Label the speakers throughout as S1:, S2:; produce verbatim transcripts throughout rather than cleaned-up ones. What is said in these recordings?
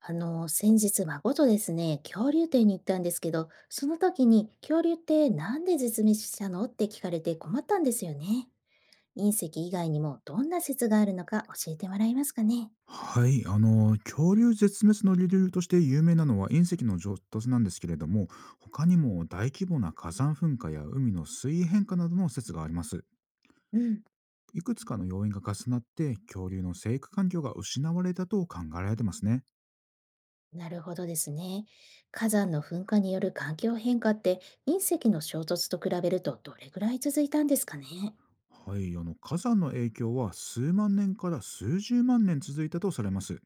S1: あの、先日孫とですね、恐竜展に行ったんですけど、その時に恐竜ってなんで絶滅したのって聞かれて困ったんですよね。隕石以外にもどんな説があるのか教えてもらえますかね。
S2: はい、あの恐竜絶滅の理由として有名なのは隕石の衝突なんですけれども、他にも大規模な火山噴火や海の水位変化などの説があります。
S1: うん。
S2: いくつかの要因が重なって恐竜の生育環境が失われたと考えられてますね。
S1: なるほどですね。火山の噴火による環境変化って隕石の衝突と比べるとどれぐらい続いたんですかね。
S2: はい、あの火山の影響は数万年から数十万年続いたとされます。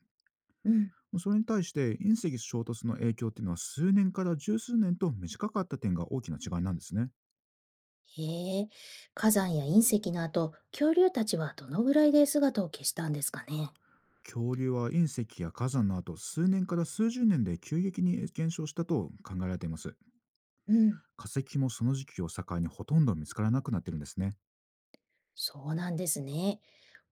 S1: うん。
S2: それに対して、隕石衝突の影響っていうのは数年から十数年と短かった点が大きな違いなんですね。
S1: へえ、火山や隕石の後、恐竜たちはどのぐらいで姿を消したんですかね。
S2: 恐竜は隕石や火山の後、数年から数十年で急激に減少したと考えられています。
S1: うん。
S2: 化石もその時期を境にほとんど見つからなくなってるんですね。
S1: そうなんですね。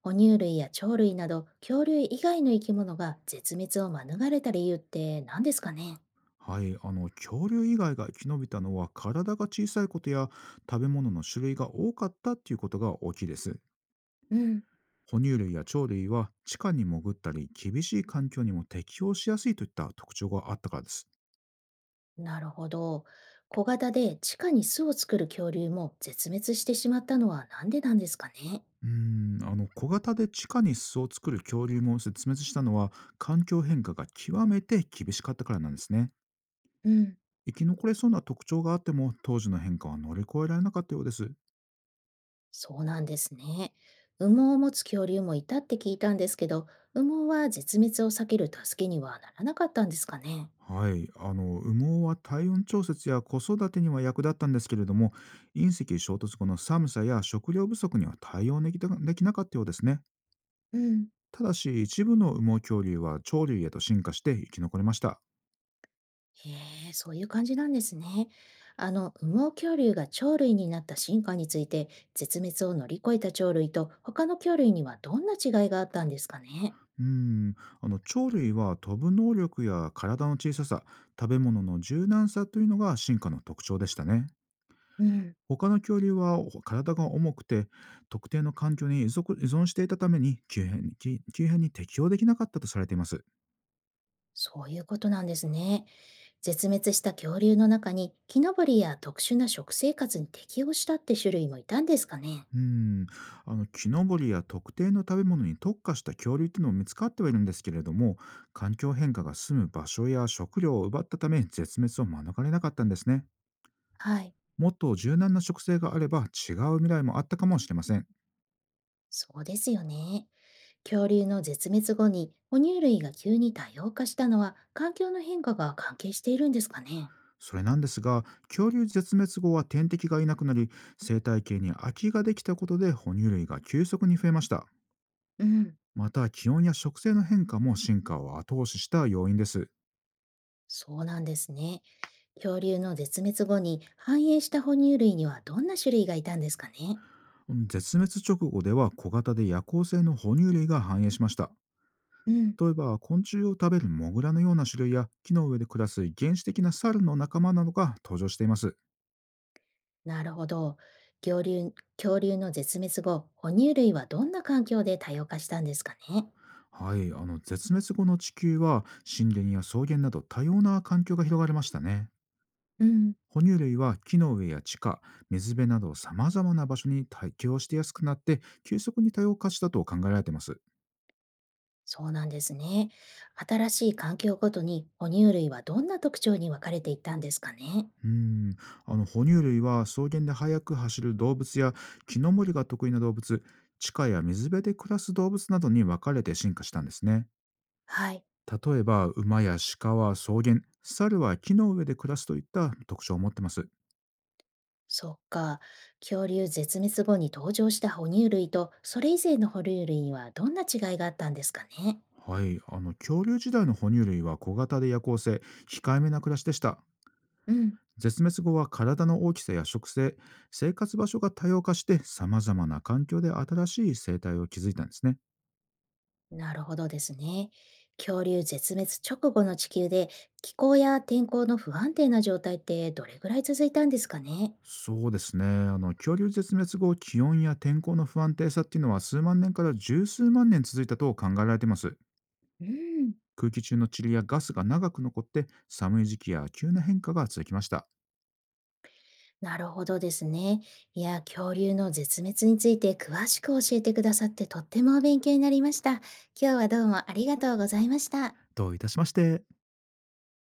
S1: 哺乳類や鳥類など恐竜以外の生き物が絶滅を免れた理由って何ですかね。
S2: はい、あの恐竜以外が生き延びたのは、体が小さいことや食べ物の種類が多かったっていうことが大きいです。
S1: うん、
S2: 哺乳類や鳥類は地下に潜ったり、厳しい環境にも適応しやすいといった特徴があったからです。
S1: なるほど。小型で地下に巣を作る恐竜も絶滅してしまったのは何でなんですかね。
S2: うーんあの小型で地下に巣を作る恐竜も絶滅したのは、環境変化が極めて厳しかったからなんですね。
S1: うん。
S2: 生き残れそうな特徴があっても、当時の変化は乗り越えられなかったようです。
S1: そうなんですね。羽毛を持つ恐竜もいたって聞いたんですけど、羽毛は絶滅を避ける助けにはならなかったんですかね。
S2: はい、あの羽毛は体温調節や子育てには役立ったんですけれども、隕石衝突後の寒さや食料不足には対応できたできなかったようですね。
S1: うん。
S2: ただし、一部の羽毛恐竜は鳥類へと進化して生き残れました。
S1: へえ、そういう感じなんですね。あの、羽毛恐竜が鳥類になった進化について、絶滅を乗り越えた鳥類と他の恐類にはどんな違いがあったんですかね。
S2: うーん、あの鳥類は飛ぶ能力や体の小ささ、食べ物の柔軟さというのが進化の特徴でしたね。
S1: うん、
S2: 他の恐竜はお体が重くて、特定の環境に依存依存していたために、急変急急変に適応できなかったとされています。
S1: そういうことなんですね。絶滅した恐竜の中に、木登りや特殊な食生活に適応したって種類もいたんですかね。
S2: うーん、あの木登りや特定の食べ物に特化した恐竜というのも見つかってはいるんですけれども、環境変化が住む場所や食料を奪ったため、絶滅を免れなかったんですね。
S1: はい。
S2: もっと柔軟な植生があれば、違う未来もあったかもしれません。
S1: そうですよね。恐竜の絶滅後に、哺乳類が急に多様化したのは、環境の変化が関係しているんですかね。
S2: それなんですが、恐竜絶滅後は天敵がいなくなり、生態系に空きができたことで哺乳類が急速に増えました。
S1: うん。
S2: また、気温や植生の変化も進化を後押しした要因です。
S1: そうなんですね。恐竜の絶滅後に繁栄した哺乳類にはどんな種類がいたんですかね。
S2: 絶滅直後では小型で夜行性の哺乳類が繁栄しました。
S1: うん、
S2: 例えば、昆虫を食べるモグラのような種類や、木の上で暮らす原始的な猿の仲間などが登場しています。
S1: なるほど。恐竜、恐竜の絶滅後、哺乳類はどんな環境で多様化したんですかね。
S2: はい、あの絶滅後の地球は、森林や草原など多様な環境が広がりましたね。
S1: うん、
S2: 哺乳類は木の上や地下、水辺など様々な場所に適応してやすくなって、急速に多様化したと考えられています。
S1: そうなんですね。新しい環境ごとに哺乳類はどんな特徴に分かれていったんですかね。
S2: うーん、あの哺乳類は草原で速く走る動物や、木の森が得意な動物、地下や水辺で暮らす動物などに分かれて進化したんですね。
S1: はい。
S2: 例えば、馬や鹿は草原、猿は木の上で暮らすといった特徴を持ってます。
S1: そっか。恐竜絶滅後に登場した哺乳類と、それ以前の哺乳類にはどんな違いがあったんですかね。
S2: はい、あの恐竜時代の哺乳類は小型で夜行性、控えめな暮らしでした。
S1: うん。
S2: 絶滅後は体の大きさや食性、生活場所が多様化して、様々な環境で新しい生態を築いたんですね。
S1: なるほどですね。恐竜絶滅直後の地球で気候や天候の不安定な状態ってどれぐらい続いたんですかね。
S2: そうですね。あの恐竜絶滅後、気温や天候の不安定さっていうのは数万年から十数万年続いたと考えられています。
S1: うん、
S2: 空気中の塵やガスが長く残って、寒い時期や急な変化が続きました。
S1: なるほどですね。いや、恐竜の絶滅について詳しく教えてくださってとってもお勉強になりました。今日はどうもありがとうございました。
S2: どういたしまして。